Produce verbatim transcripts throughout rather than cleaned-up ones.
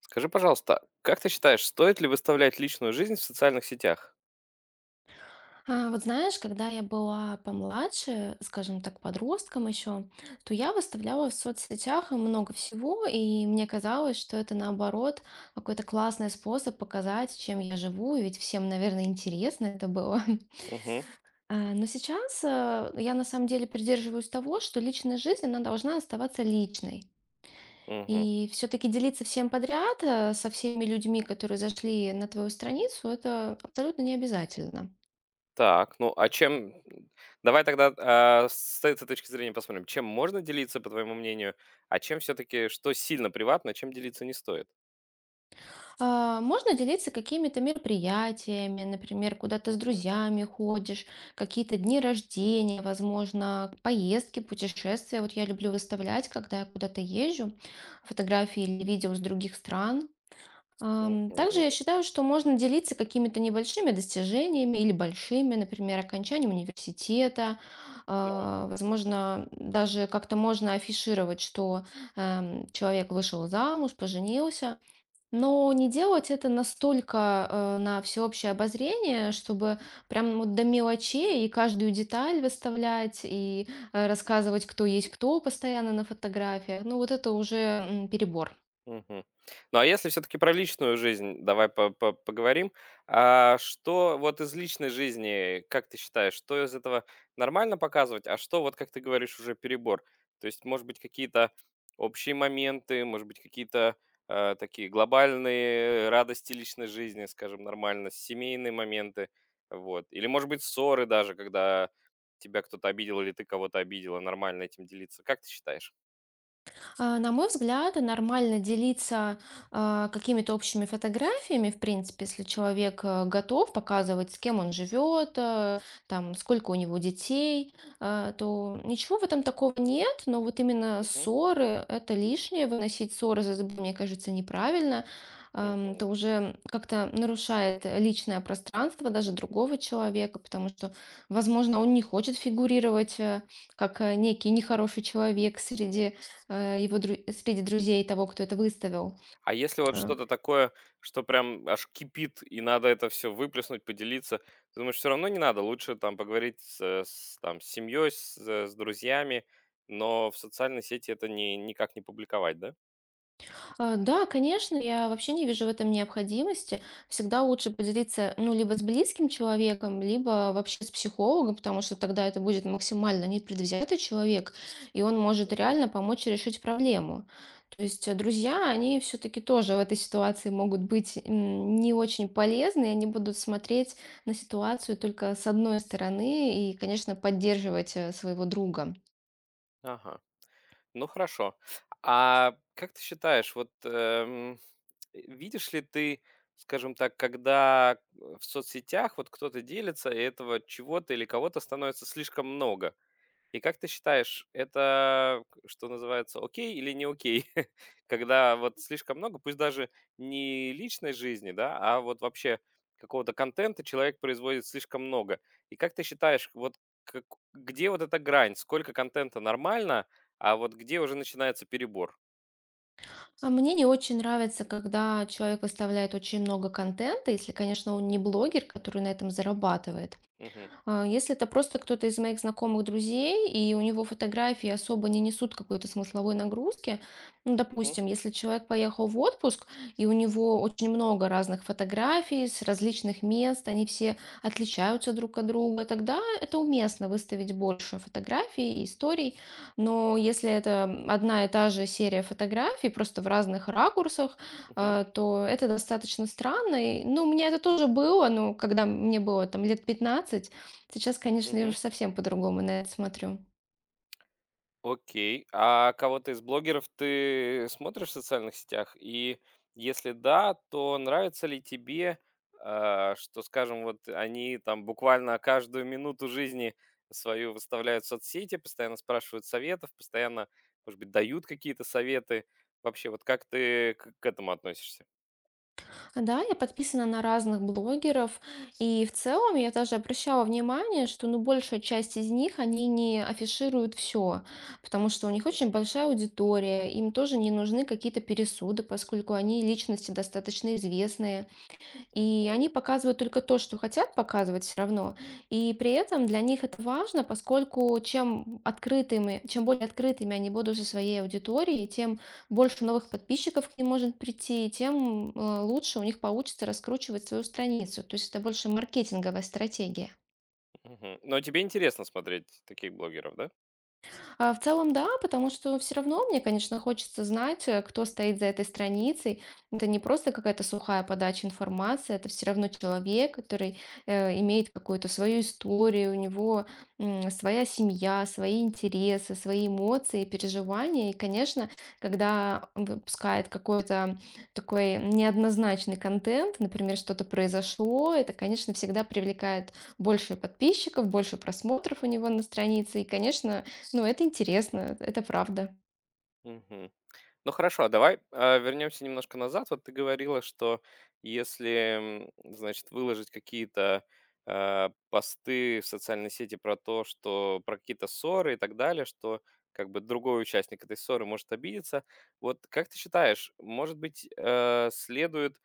Скажи, пожалуйста, как ты считаешь, стоит ли выставлять личную жизнь в социальных сетях? А, вот знаешь, когда я была помладше, скажем так, подростком еще, то я выставляла в соцсетях много всего, и мне казалось, что это наоборот какой-то классный способ показать, чем я живу, ведь всем, наверное, интересно это было. Угу, А, Но сейчас э, я на самом деле придерживаюсь того, что личная жизнь, она должна оставаться личной. угу. И все-таки делиться всем подряд э, со всеми людьми, которые зашли на твою страницу, это абсолютно не обязательно. Так, ну а чем давай тогда, а, с этой точки зрения посмотрим, чем можно делиться, по твоему мнению, а чем все-таки, что сильно приватно, а чем делиться не стоит? А, Можно делиться какими-то мероприятиями, например, куда-то с Угу, друзьями ходишь, какие-то дни рождения, возможно, поездки, путешествия. Вот я люблю выставлять, когда я куда-то езжу, фотографии или видео с других стран. Ам, Также мгм. я считаю, что можно делиться какими-то небольшими достижениями или большими, например, окончанием университета. А, Возможно, даже как-то можно афишировать, что эм, человек вышел замуж, поженился. Но не делать это настолько, э, на всеобщее обозрение, чтобы прям вот до мелочей и каждую деталь выставлять, и, э, рассказывать, кто есть кто постоянно на фотографиях. Ну, вот это уже, м, перебор. Мгм. Ну, а если все таки про личную жизнь, давай по по поговорим. А, что вот из личной жизни, как ты считаешь, что из этого нормально показывать, а что, вот как ты говоришь, уже перебор? То есть, может быть, какие-то общие моменты, может быть, какие-то, э, такие глобальные радости личной жизни, скажем, нормально, семейные моменты, вот. Или, может быть, ссоры даже, когда тебя кто-то обидел или ты кого-то обидела, нормально этим делиться. Как ты считаешь? А, На мой взгляд, нормально делиться а, какими-то общими фотографиями, в принципе, если человек э, готов показывать, с кем он живет, э, там, сколько у него детей, э, то ничего в этом такого нет, но вот именно Мгм. ссоры – это лишнее, выносить ссоры за зубы, мне кажется, неправильно. Ам, Мгм. Это уже как-то нарушает личное пространство даже другого человека, потому что, возможно, он не хочет фигурировать э, как э, некий нехороший человек среди э, его дру- среди друзей того, кто это выставил. А если вот Э, что-то такое, что прям аж кипит, и надо это все выплеснуть, поделиться, ты думаешь, все равно не надо, лучше там поговорить с, э, с, там, с семьей, с, э, с друзьями, но в социальной сети это не, никак не публиковать, да? а, Да, конечно, я вообще не вижу в этом необходимости. Всегда лучше поделиться, ну, либо с близким человеком, либо вообще с психологом, потому что тогда это будет максимально непредвзятый человек, и он может Мгм. реально помочь решить проблему. То есть э, друзья, они все-таки тоже в этой ситуации могут быть м, не очень полезны, и они будут смотреть на ситуацию только с одной стороны и, конечно, поддерживать э, своего друга. Ага, ну хорошо. А как ты считаешь, вот эм, видишь ли ты, скажем так, когда в соцсетях вот кто-то делится, и этого чего-то или кого-то становится слишком много? И как ты считаешь, это, к что называется, окей или не окей? Когда вот слишком много, пусть даже не личной жизни, да, а вот вообще какого-то контента человек производит слишком много. И как ты считаешь, вот как где вот эта грань? Сколько контента нормально, а вот где уже начинается перебор? А мне не очень нравится, когда человек выставляет очень много контента, если, конечно, он не блогер, который на этом зарабатывает. Мгм. А, Если это просто кто-то из моих знакомых друзей, и у него фотографии особо не несут какой-то смысловой нагрузки, ну, Мгм. допустим, если человек поехал в отпуск, и у него очень много разных фотографий с различных мест, они все отличаются друг от друга, тогда это уместно выставить больше фотографий и историй. Но если это одна и та же серия фотографий, просто в разных ракурсах, Мгм. а, то это достаточно странно. И, ну, у меня это тоже было, ну, когда мне было там лет пятнадцать. Сейчас, конечно, я уже совсем по-другому на это смотрю. Окей. А кого-то из блогеров ты смотришь в социальных сетях? И если да, то нравится ли тебе, а, что, скажем, вот они там буквально каждую минуту жизни свою выставляют в соцсети, постоянно спрашивают советов, постоянно, может быть, дают какие-то советы? Вообще, вот как ты к к этому относишься? А, Да, я подписана на разных блогеров, и в целом я даже обращала внимание, что, ну, большая часть из них, они не афишируют все, потому что у них очень большая аудитория, им тоже не нужны какие-то пересуды, поскольку они личности достаточно известные. И Мгм. они показывают только то, что хотят показывать все равно. И при этом для них это важно, поскольку чем открытыми чем более открытыми они будут со своей аудиторией, тем больше новых подписчиков к ним может прийти, и тем, э, лучше у них получится раскручивать свою страницу. То есть это больше маркетинговая стратегия. Мгм. Но тебе интересно смотреть таких блогеров, да? А, в целом, да, потому что все равно мне, конечно, хочется знать, э, кто стоит за этой страницей. Это не просто какая-то сухая подача информации, это все равно человек, который э, имеет какую-то свою историю, у него м, своя семья, свои интересы, свои эмоции, переживания. И, конечно, когда он выпускает какой-то такой неоднозначный контент, например, что-то произошло, это, конечно, всегда привлекает больше подписчиков, больше просмотров у него на странице. И, конечно, ну, это интересно, это правда. Мгм. Ну хорошо, а давай, а, вернемся немножко назад. Вот ты говорила, что если, м, значит, выложить какие-то, а, посты в социальной сети про то, что про какие-то ссоры и так далее, что как бы другой участник этой ссоры может обидеться. Вот как ты считаешь, может быть, э, следует,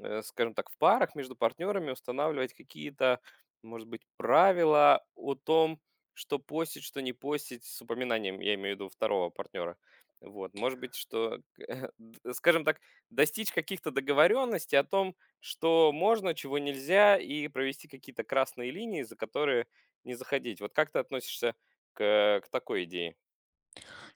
э, скажем так, в парах между партнерами устанавливать какие-то, может быть, правила о том, что постить, что не постить с упоминанием, я имею в виду, второго партнера? Вот, может быть, что, д- скажем так, достичь каких-то договоренностей о том, что можно, чего нельзя, и провести какие-то красные линии, за которые не заходить. Вот как ты относишься к, к такой идее?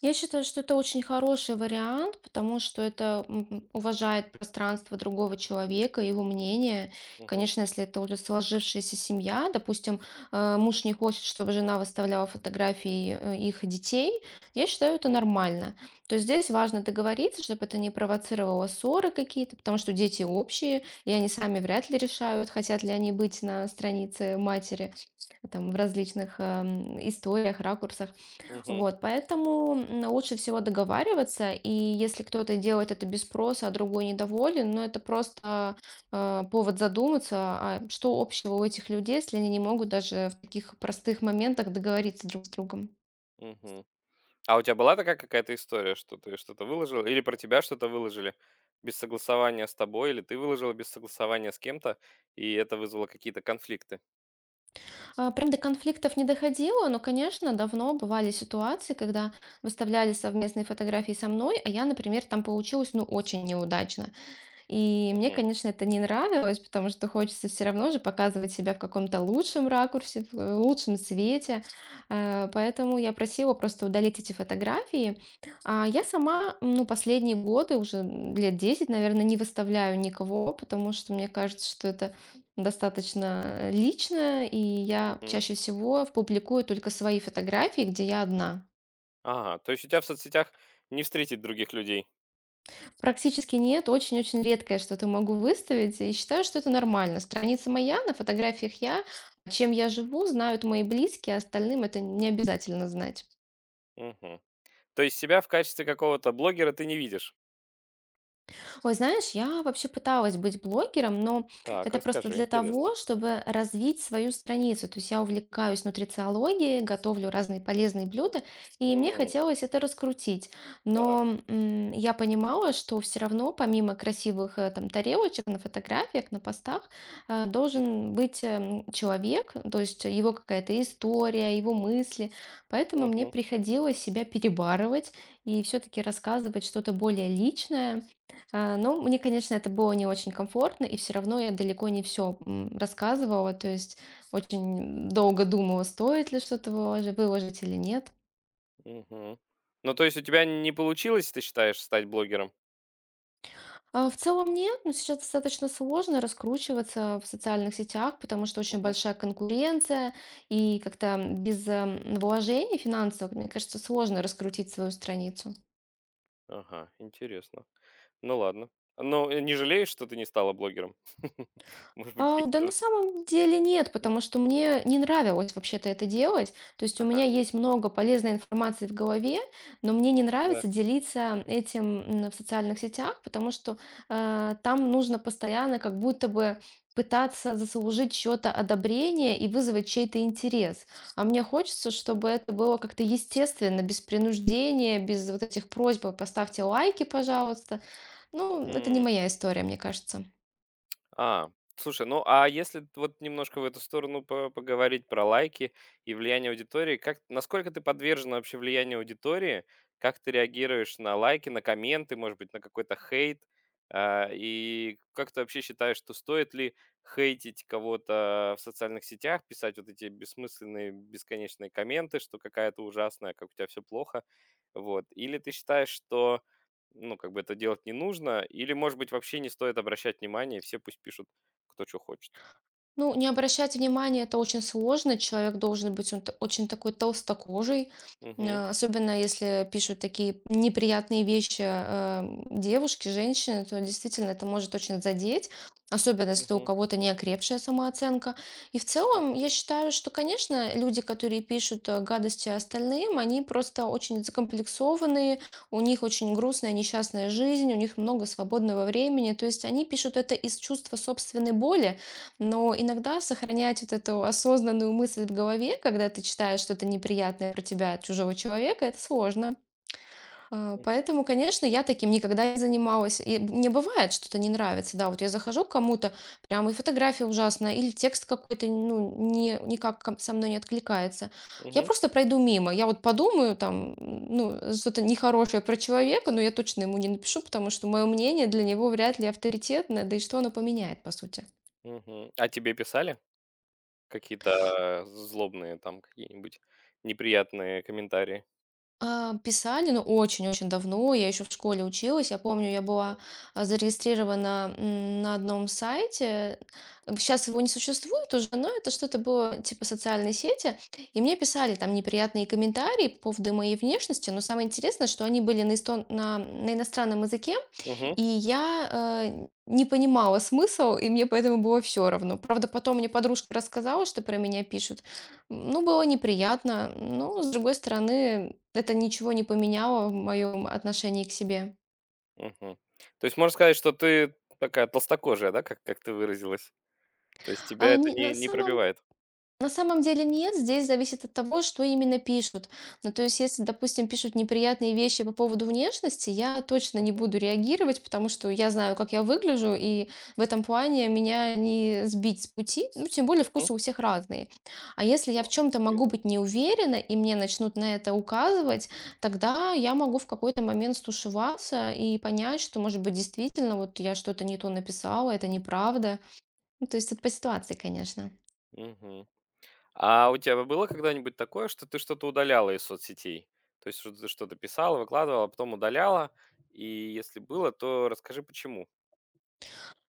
Я считаю, что это очень хороший вариант, потому что это м, уважает пространство другого человека, его мнение. Мгм, Конечно, если это уже сложившаяся семья, допустим, э, муж не хочет, чтобы жена выставляла фотографии э, их детей, я считаю, это мгм, нормально. То есть здесь важно договориться, чтобы это не провоцировало ссоры какие-то, потому что дети общие, и они сами вряд ли решают, хотят ли они быть на странице матери там, в различных эм, историях, ракурсах. мгм, Вот, поэтому м, лучше всего договариваться, и если кто-то делает это без спроса, а другой недоволен, ну это просто э, повод задуматься, а что общего у этих людей, если они не могут даже в таких простых моментах договориться друг с другом. мгм. А у тебя была такая какая-то история, что ты что-то выложил, или про тебя что-то выложили без согласования с тобой, или ты выложила без согласования с кем-то, и это вызвало какие-то конфликты? А, прям до конфликтов не доходило, но, конечно, давно бывали ситуации, когда выставляли совместные фотографии со мной, а я, например, там получилась, ну, очень неудачно. И мне, Мгм, конечно, это не нравилось, потому что хочется все равно же показывать себя в каком-то лучшем ракурсе, в э, лучшем свете. Э, Поэтому я просила просто удалить эти фотографии. А я сама, м, ну, последние годы, уже м, лет десять, наверное, не выставляю никого, потому что мне кажется, что это достаточно э, лично, и я мгм. чаще всего публикую только свои фотографии, где я одна. Ага, то есть у тебя в соцсетях не встретить других людей? Практически нет, очень-очень редкое что-то могу выставить, и считаю, что это нормально. Страница моя, на фотографиях я, чем я живу, знают мои близкие, а остальным это не обязательно знать. Мгм. То есть себя в качестве какого-то блогера ты не видишь? Ой, знаешь, я вообще пыталась быть блогером, но Так, это просто расскажи, для интересно. того, чтобы развить свою страницу. То есть я увлекаюсь нутрициологией, готовлю разные полезные блюда, и мне М, хотелось это раскрутить. так. Но м, я понимала, что все равно, помимо красивых э, там тарелочек на фотографиях, на постах, э, должен быть эм, человек, то есть его какая-то история, его мысли. Поэтому мне Мгм, приходилось себя перебарывать и все-таки рассказывать что-то более личное. А, ну, мне, конечно, это было не очень комфортно, и все равно я далеко не все рассказывала, то есть очень долго думала, стоит ли что-то вылож- выложить или нет. мгм. Ну, то есть у тебя не получилось, ты считаешь, стать блогером? А в целом нет, но сейчас достаточно сложно раскручиваться в социальных сетях, потому что очень Мгм. большая конкуренция, и как-то без эм, вложений финансовых, мне кажется, сложно раскрутить свою страницу. Ага, интересно. Ну ладно. Ну, э, не жалеешь, что ты не стала блогером? Может быть, А, да, каких-то на вот самом деле нет, потому что мне не нравилось вообще-то это делать. То есть у Ага, меня есть много полезной информации в голове, но мне не да. нравится делиться этим м, в социальных сетях, потому что э, там нужно постоянно как будто бы пытаться заслужить чьё-то одобрение и вызвать чей-то интерес. А мне хочется, чтобы это было как-то естественно, без принуждения, без вот этих просьб «поставьте лайки, пожалуйста». Ну, это не моя история, мне кажется. А, слушай, ну а если вот немножко в эту сторону по- поговорить про лайки и влияние аудитории, как, насколько ты подвержена вообще влиянию аудитории, как ты реагируешь на лайки, на комменты, может быть, на какой-то хейт, А, и как ты вообще считаешь, что стоит ли хейтить кого-то в социальных сетях, писать вот эти бессмысленные, бесконечные комменты, что какая-то ужасная, как у тебя все плохо, вот, или ты считаешь, что ну, как бы это делать не нужно. Или, может быть, вообще не стоит обращать внимание, все пусть пишут, кто что хочет. Ну, не обращать внимания это очень сложно. Человек должен быть он т- очень такой толстокожий. Мгм. Э, особенно если пишут такие неприятные вещи э, девушки, женщины, то действительно это может очень задеть, особенно если у Мгм. кого-то неокрепшая самооценка. И в целом Мгм. я считаю, что, конечно, люди, которые пишут э, гадости остальным, они просто очень закомплексованные, у них очень грустная, несчастная жизнь, у них много свободного времени, то есть они пишут это из чувства собственной боли, но иногда сохранять вот эту осознанную мысль в голове, когда ты читаешь что-то неприятное про тебя от чужого человека, это сложно. А, Мгм. Поэтому, конечно, я таким никогда не занималась. И мне бывает, что-то не нравится. Да, вот я захожу к кому-то, прям и фотография ужасная, или текст какой-то, ну, не, никак ко- со мной не откликается. Я Мгм. просто пройду мимо. Я вот подумаю там, ну, что-то нехорошее про человека, но я точно ему не напишу, потому что мое мнение для него вряд ли авторитетное, да и что оно поменяет, по сути. Мгм. А тебе писали какие-то злобные там какие-нибудь неприятные комментарии? А, писали, ну очень-очень давно. Я еще в школе училась. Я помню, я была а, зарегистрирована м, на одном сайте. Сейчас его не существует уже, но это что-то было типа социальной сети. И мне писали там неприятные комментарии по поводу моей внешности. Но самое интересное, что они были на, истон- на, на иностранном языке. Мгм. И я э, не понимала смысл, и мне поэтому было все равно. Правда, потом мне подружка рассказала, что про меня пишут. Ну, было неприятно. Но, с другой стороны, это ничего не поменяло в моем отношении к себе. Мгм. То есть можно сказать, что ты такая толстокожая, да, как, как ты выразилась? То есть тебя А, это не- не, на не самом пробивает? На самом деле нет, здесь зависит от того, что именно пишут. Ну, то есть, если, допустим, пишут неприятные вещи по поводу внешности, я точно не буду реагировать, потому что я знаю, как я выгляжу, и в этом плане меня не сбить с пути, ну, тем более Мгм. вкусы у всех разные. А если я в чем-то могу Верно. быть не уверена, и мне начнут на это указывать, тогда я могу в какой-то момент стушеваться и понять, что, может быть, действительно, вот я что-то не то написала, это неправда. Ну, то есть, это по ситуации, конечно. Мгм. А у тебя было когда-нибудь такое, что ты что-то удаляла из соцсетей? То есть что ты что-то писала, выкладывала, а потом удаляла? И если было, то расскажи, почему.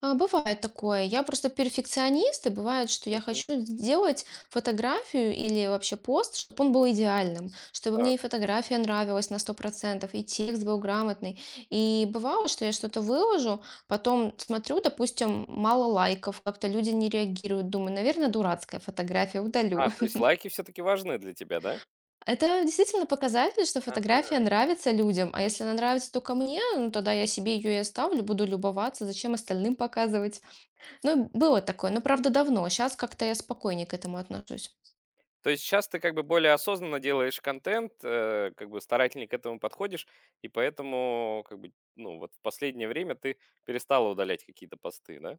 А, бывает такое. Я просто перфекционист, и бывает, что я Мгм. хочу сделать фотографию или вообще пост, чтобы он был идеальным, чтобы мне Так. и фотография нравилась на сто процентов и текст был грамотный. И бывало, что я что-то выложу, потом смотрю, допустим, мало лайков, как-то люди не реагируют, думаю, наверное, дурацкая фотография, А, удалю. то есть лайки все-таки важны для тебя, да? Это действительно показатель, что фотография Ага. нравится людям, а если она нравится только мне, ну тогда я себе ее и оставлю, буду любоваться, зачем остальным показывать. Ну, было такое, но правда давно. Сейчас как-то я спокойнее к этому отношусь. То есть сейчас ты как бы более осознанно делаешь контент, э, как бы старательнее к этому подходишь, и поэтому как бы, ну, вот в последнее время ты перестала удалять какие-то посты, да?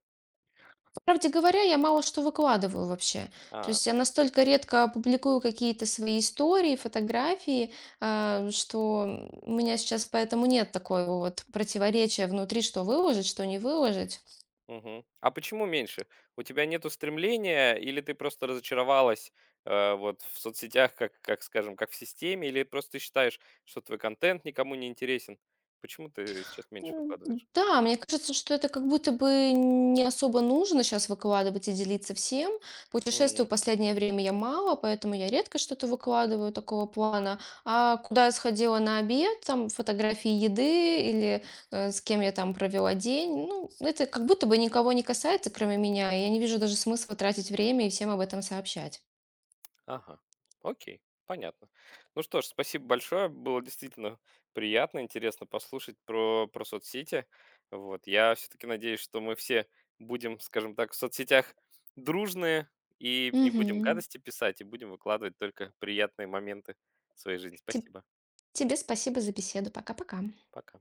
По правде говоря, я мало что выкладываю вообще. То А, есть я настолько редко публикую какие-то свои истории, фотографии, а, что у меня сейчас поэтому нет такого вот противоречия внутри, что выложить, что не выложить. Мгм. А почему меньше? У тебя нету стремления, или ты просто разочаровалась э, вот в соцсетях, как, как скажем, как в системе, или просто ты считаешь, что твой контент никому не интересен? Почему ты сейчас меньше М, выкладываешь? да, мне кажется, что это как будто бы не особо нужно сейчас выкладывать и делиться всем. Путешествую в последнее время я мало, поэтому я редко что-то выкладываю такого плана. А куда я сходила на обед, там фотографии еды или, э, с кем я там провела день, ну, это как будто бы никого не касается, кроме меня. И я не вижу даже смысла тратить время и всем об этом сообщать. Ага. Окей. Понятно. Ну что ж, спасибо большое. Было действительно приятно, интересно послушать про, про соцсети. Вот. Я все-таки надеюсь, что мы все будем, скажем так, в соцсетях дружные и не будем Мгм. гадости писать, и будем выкладывать только приятные моменты своей жизни. Теб Спасибо. Тебе спасибо за беседу. Пока-пока. Пока.